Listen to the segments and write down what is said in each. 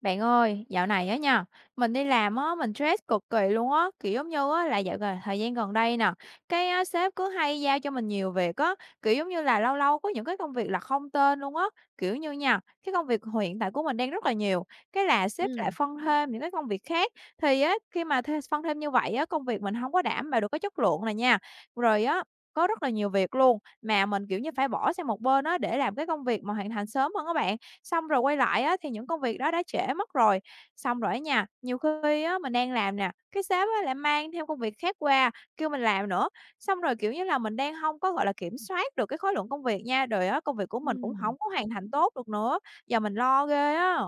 Bạn ơi, dạo này á nha, mình đi làm á, mình stress cực kỳ luôn á, kiểu giống như á, là dạo gần thời gian gần đây nè, cái á, sếp cứ hay giao cho mình nhiều việc á, kiểu giống như là lâu lâu có những cái công việc là không tên luôn á, kiểu như nha, cái công việc hiện tại của mình đang rất là nhiều, cái là sếp Ừm, lại phân thêm những cái công việc khác, thì á, khi mà thê phân thêm như vậy á, công việc mình không có đảm bảo được cái chất lượng này nha, rồi á, có rất là nhiều việc luôn, mà mình, kiểu như, phải bỏ sang một bên á, để làm cái công việc mà hoàn thành sớm hơn các bạn. Xong rồi quay lại á, thì những công việc đó đã trễ mất rồi. Xong rồi á nha, nhiều khi á, mình đang làm nè, cái sếp á lại mang theo công việc khác qua, kêu mình làm nữa. Xong rồi, kiểu như là, mình đang không có, gọi là, kiểm soát được cái khối lượng công việc nha, rồi á, công việc của mình cũng ừm, không có hoàn thành tốt được nữa. Giờ mình lo ghê á.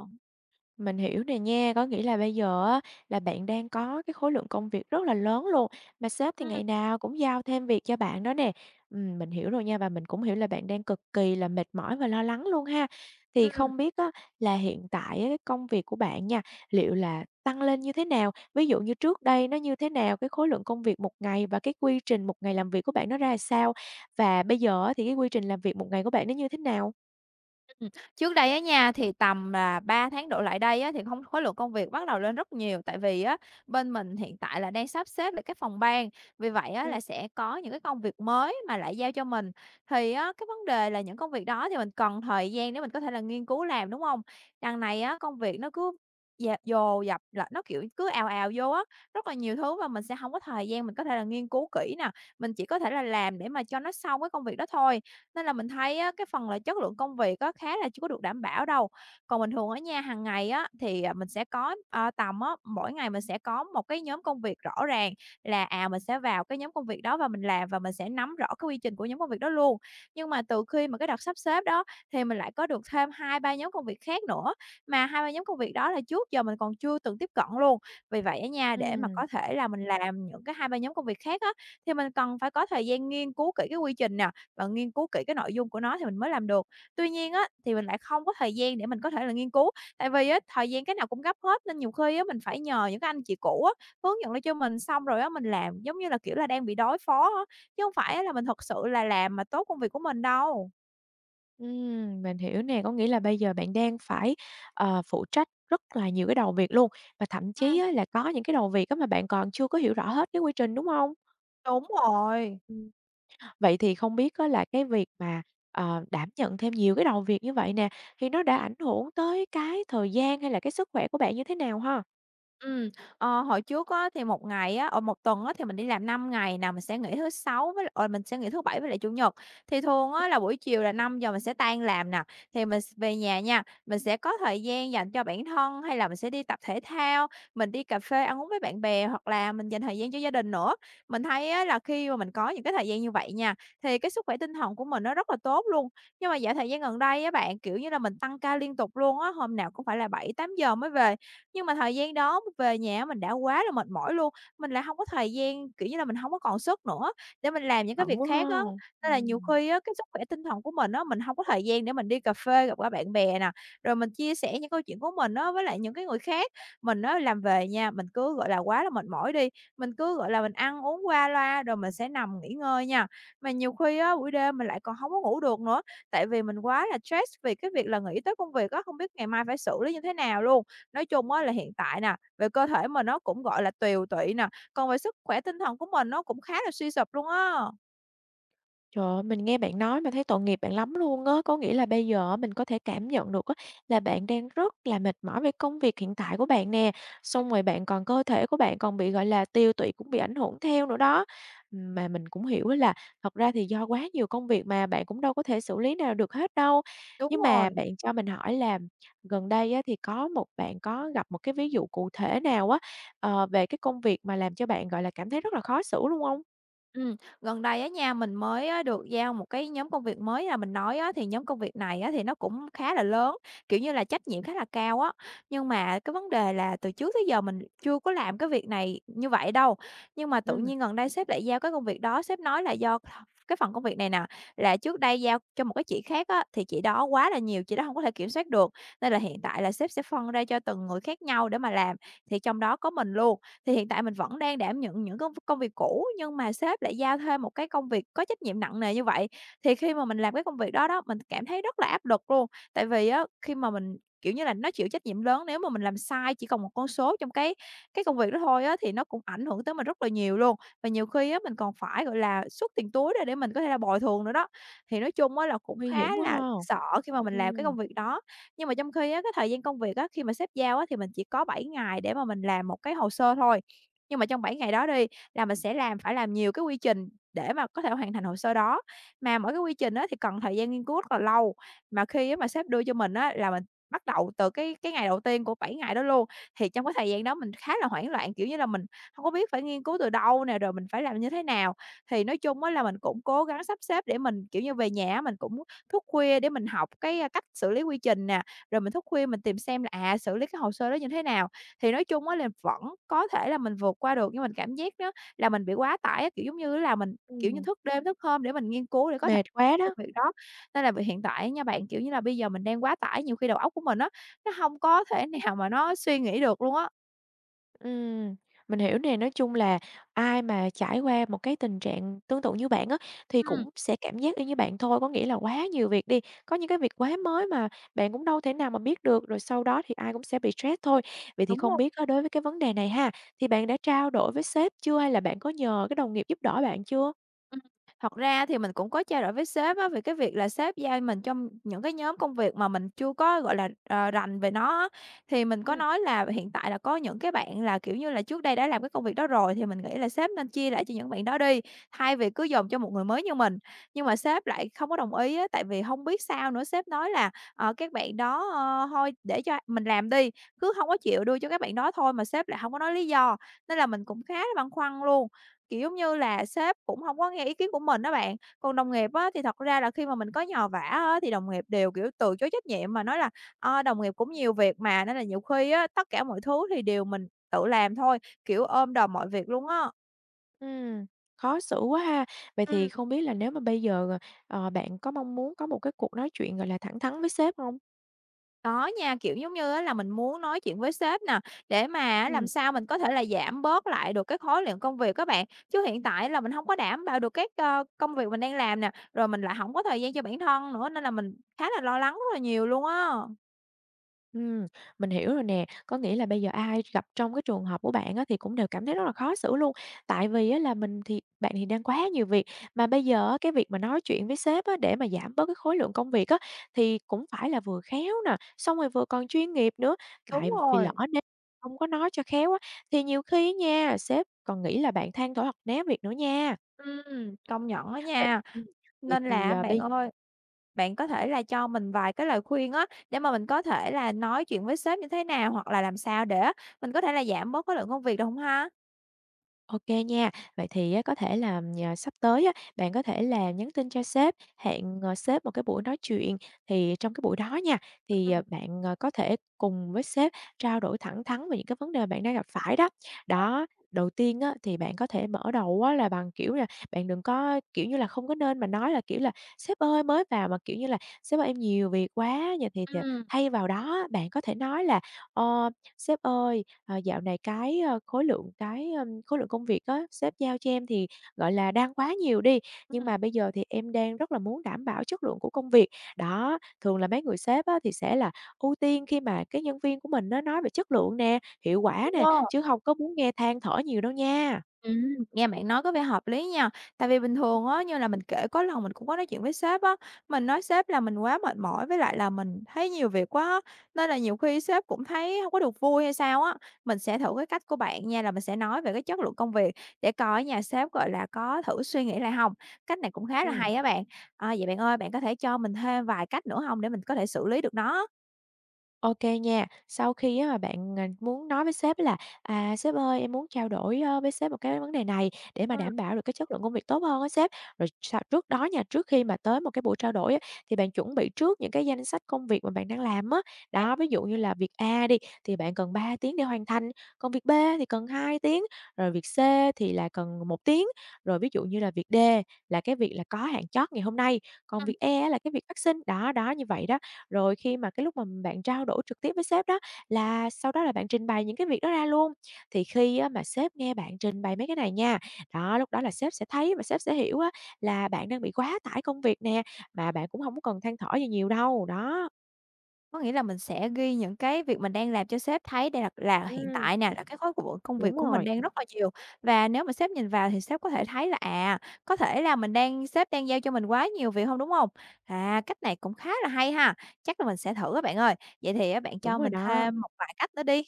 mình hiểu nè nha, có nghĩa là bây giờ á là bạn đang có cái khối lượng công việc rất là lớn luôn, mà sếp thì ngày Ừ. nào cũng giao thêm việc cho bạn đó nè. Mình hiểu rồi nha và mình cũng hiểu là bạn đang cực kỳ là mệt mỏi và lo lắng luôn ha. Thì Ừ. không biết á là hiện tại á cái công việc của bạn nha, liệu là tăng lên như thế nào? Ví dụ như trước đây nó như thế nào, cái khối lượng công việc một ngày và cái quy trình một ngày làm việc của bạn nó ra sao? Và bây giờ á thì cái quy trình làm việc một ngày của bạn nó như thế nào? Ừm, Trước đây á nha, thì tầm là 3 tháng đổ lại đây á, thì không khối lượng công việc bắt đầu lên rất nhiều, tại vì á, bên mình hiện tại là đang sắp xếp lại cái phòng ban, vì vậy á, Ừm. là sẽ có những cái công việc mới mà lại giao cho mình. Thì á, cái vấn đề là những công việc đó thì mình cần thời gian để mình có thể là nghiên cứu làm, đúng không? Đằng này á, công việc nó cứ dạt dồ dập là nó, kiểu, cứ ào ào vô á, rất là nhiều thứ và mình sẽ không có thời gian mình có thể là nghiên cứu kỹ nè, mình chỉ có thể là làm để mà cho nó xong cái công việc đó thôi. Nên là mình thấy á, cái phần là chất lượng công việc á, khá là chưa có được đảm bảo đâu. Còn bình thường ở nhà hàng ngày á, thì, mình sẽ có, tầm á, mỗi ngày mình sẽ có một cái nhóm công việc rõ ràng là, mình sẽ vào cái nhóm công việc đó và mình làm và mình sẽ nắm rõ cái quy trình của nhóm công việc đó luôn. Nhưng mà từ khi mà cái đợt sắp xếp đó thì mình lại có được thêm hai ba nhóm công việc khác nữa, mà hai ba nhóm công việc đó là trước giờ mình còn chưa từng tiếp cận luôn. Vì vậy á nha, để mà Ừm. có thể là mình làm những cái hai ba nhóm công việc khác á, thì mình cần phải có thời gian nghiên cứu kỹ cái quy trình nè, và nghiên cứu kỹ cái nội dung của nó thì mình mới làm được. Tuy nhiên á, thì mình lại không có thời gian để mình có thể là nghiên cứu, tại vì á, thời gian cái nào cũng gấp hết nên nhiều khi á, mình phải nhờ những cái anh chị cũ á, hướng dẫn lại cho mình, xong rồi á, mình làm giống như là, kiểu là, đang bị đối phó á, chứ không phải á là mình thật sự là làm mà tốt công việc của mình đâu. Mình hiểu nè, có nghĩa là bây giờ bạn đang phải, ờ, phụ trách rất là nhiều cái đầu việc luôn, và thậm chí Ừm. á là có những cái đầu việc á mà bạn còn chưa có hiểu rõ hết cái quy trình, đúng không? Đúng rồi. Ừm, Vậy thì không biết á là cái việc mà, ờ, đảm nhận thêm nhiều cái đầu việc như vậy nè, thì nó đã ảnh hưởng tới cái thời gian hay là cái sức khỏe của bạn như thế nào ha? Ừm, hồi trước á thì một ngày á, 1 tuần á thì mình đi làm 5 ngày nè, mình sẽ nghỉ thứ Sáu với lại mình sẽ nghỉ thứ Bảy với lại Chủ nhật. Thì thường Ừm, á là buổi chiều là 5 giờ mình sẽ tan làm nè, thì mình s về nhà nha, mình sẽ có thời gian dành cho bản thân, hay là mình sẽ đi tập thể thao, mình đi cà phê ăn uống với bạn bè, hoặc là mình dành thời gian cho gia đình nữa. Mình thấy á là khi mà mình có những cái thời gian như vậy nha, thì cái sức khỏe tinh thần của mình nó rất là tốt luôn. Nhưng mà dạo thời gian gần đây á bạn, kiểu như là, mình tăng ca liên tục luôn á, hôm nào cũng phải là 7 8 giờ mới về. Nhưng mà thời gian đó về nhà mình đã quá là mệt mỏi luôn, mình lại hông có thời gian, kiểu như là, mình hông có còn sức nữa để mình làm những cái Bận việc quá ha. khác á. Nên là nhiều Ừm. khi á, cái sức khỏe tinh thần của mình á, mình hông có thời gian để mình đi cà phê gặp gỡ bạn bè nè, rồi mình chia sẻ những câu chuyện của mình á với lại những cái người khác. Mình á làm về nha, mình cứ, gọi là, quá là mệt mỏi đi, mình cứ, gọi là, mình ăn uống qua loa rồi mình sẽ nằm nghỉ ngơi nha. Mà nhiều khi á, buổi đêm mình lại còn hông có ngủ được nữa, tại vì mình quá là stress vì cái việc là nghĩ tới công việc á, hông biết ngày mai phải xử lý như thế nào luôn. Nói chung á là hiện tại nè, về cơ thể mình nó cũng, gọi là, tiều tụy nè, còn về sức khỏe tinh thần của mình nó cũng khá là suy sụp luôn á. Trời ơi, mình nghe bạn nói mà thấy tội nghiệp bạn lắm luôn á. Có nghĩa là bây giờ mình có thể cảm nhận được á, là bạn đang rất là mệt mỏi về công việc hiện tại của bạn nè. Xong rồi bạn còn cơ thể của bạn còn bị, gọi là, tiêu tụy cũng bị ảnh hưởng theo nữa đó. Mà mình cũng hiểu á là thật ra thì do quá nhiều công việc mà bạn cũng đâu có thể xử lý nào được hết đâu. Đúng Nhưng mà rồi. bạn cho mình hỏi là gần đây á, thì có một bạn có gặp một cái ví dụ cụ thể nào á, ờ, về cái công việc mà làm cho bạn, gọi là, cảm thấy rất là khó xử luôn không? Gần đây á nha, mình mới á được giao một cái nhóm công việc mới là mình nói á, thì nhóm công việc này á thì nó cũng khá là lớn, kiểu như là, trách nhiệm khá là cao á. Nhưng mà cái vấn đề là từ trước tới giờ mình chưa có làm cái việc này như vậy đâu, nhưng mà tự Ừm, nhiên gần đây sếp lại giao cái công việc đó, sếp nói là do cái phần công việc này nè, là trước đây giao cho một cái chị khác á, thì chị đó quá là nhiều, chị đó không có thể kiểm soát được, nên là hiện tại là sếp sẽ phân ra cho từng người khác nhau để mà làm, thì trong đó có mình luôn. Thì hiện tại mình vẫn đang đảm nhận những công công việc cũ, nhưng mà sếp lại giao thêm một cái công việc có trách nhiệm nặng nề như vậy. Thì khi mà mình làm cái công việc đó đó, mình cảm thấy rất là áp lực luôn, tại vì á, khi mà mình, kiểu như là, nó chịu trách nhiệm lớn, nếu mà mình làm sai chỉ còn một con số trong cái công việc đó thôi á, thì nó cũng ảnh hưởng tới mình rất là nhiều luôn. Và nhiều khi á, mình còn phải, gọi là, xuất tiền túi ra để mình có thể là bồi thường nữa đó. Thì nói chung á là cũng Nguy khá hiểm quá là ha. sợ khi mà mình làm cái Ừm. công việc đó. Nhưng mà trong khi á, cái thời gian công việc á, khi mà sếp giao á, thì mình chỉ có 7 ngày để mà mình làm một cái hồ sơ thôi. Nhưng mà trong 7 ngày đó đi, là mình sẽ làm phải làm nhiều cái quy trình để mà có thể hoàn thành hồ sơ đó. Mà mỗi cái quy trình á, thì cần thời gian nghiên cứu rất là lâu, mà khi á, mà sếp đưa cho mình á, là mình bắt đầu từ cái ngày đầu tiên của 7 ngày đó luôn. Thì trong cái thời gian đó mình khá là hoảng loạn, kiểu như là, mình không có biết phải nghiên cứu từ đâu nè, rồi mình phải làm như thế nào. Thì nói chung á, là mình cũng cố gắng sắp xếp để mình, kiểu như, về nhà á, mình cũng thức khuya để mình học cái, cách xử lý quy trình nè. Rồi mình thức khuya mình tìm xem là, xử lý cái hồ sơ đó như thế nào. Thì nói chung á là vẫn có thể là mình vượt qua được, nhưng mình cảm giác đó là mình bị quá tải á, kiểu, giống như là mình, kiểu như, Ừm, thức đêm thức hôm để mình nghiên cứu để có thể Mệt quá đó. công việc đó. Nên là vì hiện tại nha bạn, kiểu như là, bây giờ mình đang quá tải, nhiều khi đầu óc của mình á, nó không có thể nào mà nó suy nghĩ được luôn á. Ừm, mình hiểu nè, nói chung là ai mà trải qua một cái tình trạng tương tự như bạn á, thì Ừm, cũng sẽ cảm giác y như bạn thôi, có nghĩa là quá nhiều việc đi, có những cái việc quá mới mà bạn cũng đâu thể nào mà biết được, rồi sau đó thì ai cũng sẽ bị stress thôi. Vậy thì đúng không rồi. biết á, đối với cái vấn đề này ha, thì bạn đã trao đổi với sếp chưa hay là bạn có nhờ cái đồng nghiệp giúp đỡ bạn chưa? Ừm, thật ra thì mình cũng có trao đổi với sếp á, về cái việc là sếp giao mình trong những cái nhóm công việc mà mình chưa có, gọi là, rành về nó á. Thì mình có Ừm, nói là hiện tại là có những cái bạn là, kiểu như là, trước đây đã làm cái công việc đó rồi thì mình nghĩ là sếp nên chia lại cho những bạn đó đi, thay vì cứ dồn cho một người mới như mình. Nhưng mà sếp lại không có đồng ý á, tại vì không biết sao nữa, sếp nói là, "Các bạn đó, thôi để cho mình làm đi", cứ không có chịu đưa cho các bạn đó thôi, mà sếp lại không có nói lý do, nên là mình cũng khá là băn khoăn luôn. Kiểu, giống như là, sếp cũng hông có nghe ý kiến của mình á bạn. Còn đồng nghiệp á, thì thật ra là khi mà mình có nhờ vả á, thì đồng nghiệp đều, kiểu, từ chối trách nhiệm mà nói là "Ờ, đồng nghiệp cũng nhiều việc mà", nên là nhiều khi á, tất cả mọi thứ thì đều mình tự làm thôi, kiểu, ôm đồm mọi việc luôn á. ừm, Khó xử quá ha. Vậy thì Ừm. không biết là nếu mà bây giờ, ờ, bạn có mong muốn có một cái cuộc nói chuyện, gọi là, thẳng thắn với sếp không? Có nha, kiểu, giống như á, là mình muốn nói chuyện với sếp nè, để mà á, làm Ừm. sao mình có thể là giảm bớt lại được cái khối lượng công việc á bạn. Chứ hiện tại là mình hông có đảm bảo được các, công việc mình đang làm nè, rồi mình lại hổng có thời gian cho bản thân nữa, nên là mình khá là lo lắng rất là nhiều luôn á. Ừm, mình hiểu rồi nè. Có nghĩa là bây giờ ai gặp trong cái trường hợp của bạn á, thì cũng đều cảm thấy rất là khó xử luôn. Tại vì á, là mình thì bạn thì đang quá nhiều việc, mà bây giờ á, cái việc mà nói chuyện với sếp á, để mà giảm bớt cái khối lượng công việc á, thì cũng phải là vừa khéo nè, xong rồi vừa còn chuyên nghiệp nữa. Tại Đúng vì lỡ rồi, nếu không có nói cho khéo á, thì nhiều khi nha, sếp còn nghĩ là bạn than thở hoặc né việc nữa nha. Công nhận á Vậy nha. ừm, vậy Nên là thì, á à, bạn bây ơi, bạn có thể là cho mình vài cái lời khuyên á, để mà mình có thể là nói chuyện với sếp như thế nào, hoặc là làm sao để á mình có thể là giảm bớt cái lượng công việc được hông ha? OK nha. Vậy thì á, có thể là, ờ, sắp tới á, bạn có thể là nhắn tin cho sếp, hẹn, ờ, sếp một cái buổi nói chuyện. Thì trong cái buổi đó nha, thì, ờ, Ừm, bạn, ờ, có thể cùng với sếp trao đổi thẳng thắn về những cái vấn đề bạn đang gặp phải đó. Đó, đầu tiên á, thì bạn có thể mở đầu á, là bằng, kiểu là, bạn đừng có, kiểu như là, không có nên mà nói là, kiểu là "Sếp ơi, mới vào mà, kiểu như là, sếp ơi, em nhiều việc quá." Vậy thì ừm, thay vào đó bạn có thể nói là "Ờ, sếp ơi, Ờ, dạo này cái, ơ, khối lượng cái, khối lượng công việc á, sếp giao cho em thì, gọi là, đang quá nhiều đi, nhưng ừm. mà bây giờ thì em đang rất là muốn đảm bảo chất lượng của công việc. Đó, thường là mấy người sếp á, thì sẽ là ưu tiên khi mà cái nhân viên của mình nó nói về chất lượng nè, hiệu quả Đúng nè, hông? chứ không có muốn nghe than thở nhiều đâu nha. Ừm, nghe bạn nói có vẻ hợp lý nha. Tại vì bình thường á, như là mình kể có lần mình cũng có nói chuyện với sếp á, mình nói sếp là mình quá mệt mỏi với lại là mình thấy nhiều việc quá á, nên là nhiều khi sếp cũng thấy không có được vui hay sao á. Mình sẽ thử cái cách của bạn nha, là mình sẽ nói về cái chất lượng công việc để coi nhà sếp, gọi là, có thử suy nghĩ lại không. Cách này cũng khá là Ừ. hay á bạn. À, vậy bạn ơi, bạn có thể cho mình thêm vài cách nữa không để mình có thể xử lý được nó? OK nha. Sau khi á mà bạn, à, muốn nói với sếp là "À, sếp ơi, em muốn trao đổi, ơ, với sếp một cái vấn đề này để mà Ừm, đảm bảo được cái chất lượng công việc tốt hơn á sếp." Rồi sau trước đó nha, trước khi mà tới một cái buổi trao đổi á, thì bạn chuẩn bị trước những cái danh sách công việc mà bạn đang làm á. bạn Đó, ví dụ như là việc A đi, thì bạn cần 3 tiếng để hoàn thành, còn việc B thì cần 2 tiếng, rồi việc C thì là cần 1 tiếng. Rồi ví dụ như là việc D là cái việc là có hạn chót ngày hôm nay, còn ừm. việc E á là cái việc phát sinh. Đó, đó, như vậy đó, rồi khi mà cái lúc mà bạn trao đổi trực tiếp với sếp đó, là sau đó là bạn trình bày những cái việc đó ra luôn. Thì khi á mà sếp nghe bạn trình bày mấy cái này nha, đó, lúc đó là sếp sẽ thấy và sếp sẽ hiểu á là bạn đang bị quá tải công việc nè, mà bạn cũng không có cần than thở gì nhiều đâu, đó. Có nghĩa là mình sẽ ghi những cái việc mình đang làm cho sếp thấy đây là hiện Ừm. tại nè, là cái khối của công Đúng việc của mình rồi. đang rất là nhiều. Và nếu mà sếp nhìn vào thì sếp có thể thấy là, à, có thể là mình đang sếp đang giao cho mình quá nhiều việc không đúng không? À, cách này cũng khá là hay ha, chắc là mình sẽ thử các bạn ơi. Vậy thì á bạn Đúng cho rồi mình đó. thêm một vài cách nữa đi.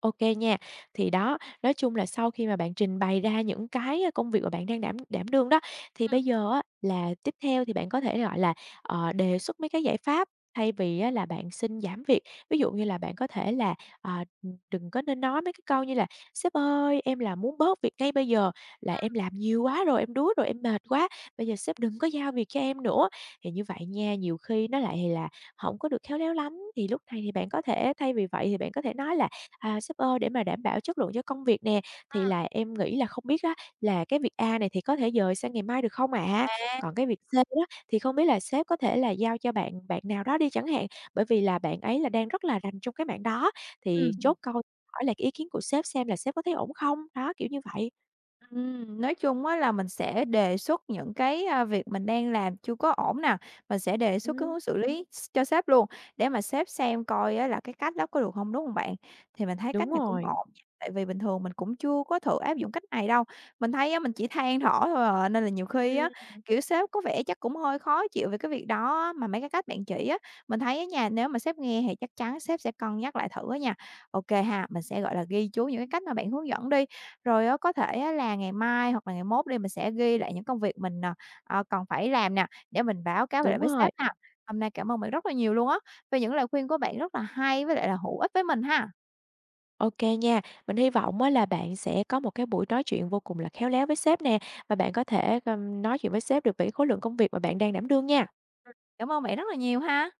OK nha. Thì đó, nói chung là sau khi mà bạn trình bày ra những cái ờ, công việc mà bạn đang đảm đảm đương đó, thì Ừm, bây giờ á là tiếp theo thì bạn có thể, gọi là, ờ, đề xuất mấy cái giải pháp thay vì á là bạn xin giảm việc. Ví dụ như là bạn có thể là, à, đừng có nên nói mấy cái câu như là "Sếp ơi, em là muốn bớt việc ngay bây giờ, là ừm, em làm nhiều quá rồi, em đuối rồi, em mệt quá, bây giờ sếp đừng có giao việc cho em nữa." Thì như vậy nha, nhiều khi nó lại là không có được khéo léo lắm, thì lúc này thì bạn có thể thay vì vậy thì bạn có thể nói là À, shipper để mà đảm bảo chất lượng cho công việc nè, thì ừm. là em nghĩ là không biết á là cái việc A này thì có thể dời sang ngày mai được không ạ? À, Còn cái việc C đó thì không biết là sếp có thể là giao cho bạn bạn nào đó đi chẳng hạn, bởi vì là bạn ấy là đang rất là rành trong cái mảng đó, thì ừm. chốt câu hỏi là cái ý kiến của sếp xem là sếp có thấy ổn không? Đó, kiểu như vậy. Nói chung á là mình sẽ đề xuất những cái, việc mình đang làm chưa có ổn nè, mình sẽ đề xuất cái Ừm. hướng xử lý s cho sếp luôn, để mà sếp xem coi á là cái cách đó có được không đúng không bạn? Thì mình thấy cách Đúng này cũng rồi. ổn nha, tại vì bình thường mình cũng chưa có thử áp dụng cách này đâu, mình thấy á mình chỉ than thở thôi à, nên là nhiều khi á, Ừm. kiểu, sếp có vẻ chắc cũng hơi khó chịu về cái việc đó á. Mà mấy cái cách bạn chỉ á, mình thấy ở nhà nếu mà sếp nghe thì chắc chắn sếp sẽ cân nhắc lại thử á nha. OK ha, mình sẽ, gọi là, ghi chú những cái cách mà bạn hướng dẫn đi, rồi á, có thể á là ngày mai hoặc là ngày mốt đi, mình sẽ ghi lại những công việc mình, còn phải làm nè, để mình báo cáo Đúng lại với rồi. sếp ha. Hôm nay cảm ơn bạn rất là nhiều luôn á, về những lời khuyên của bạn rất là hay với lại là hữu ích với mình ha. OK nha, mình hy vọng á là bạn sẽ có một cái buổi nói chuyện vô cùng là khéo léo với sếp nè, và bạn có thể, nói chuyện với sếp được về cái khối lượng công việc mà bạn đang đảm đương nha. Cảm ơn bạn rất là nhiều ha.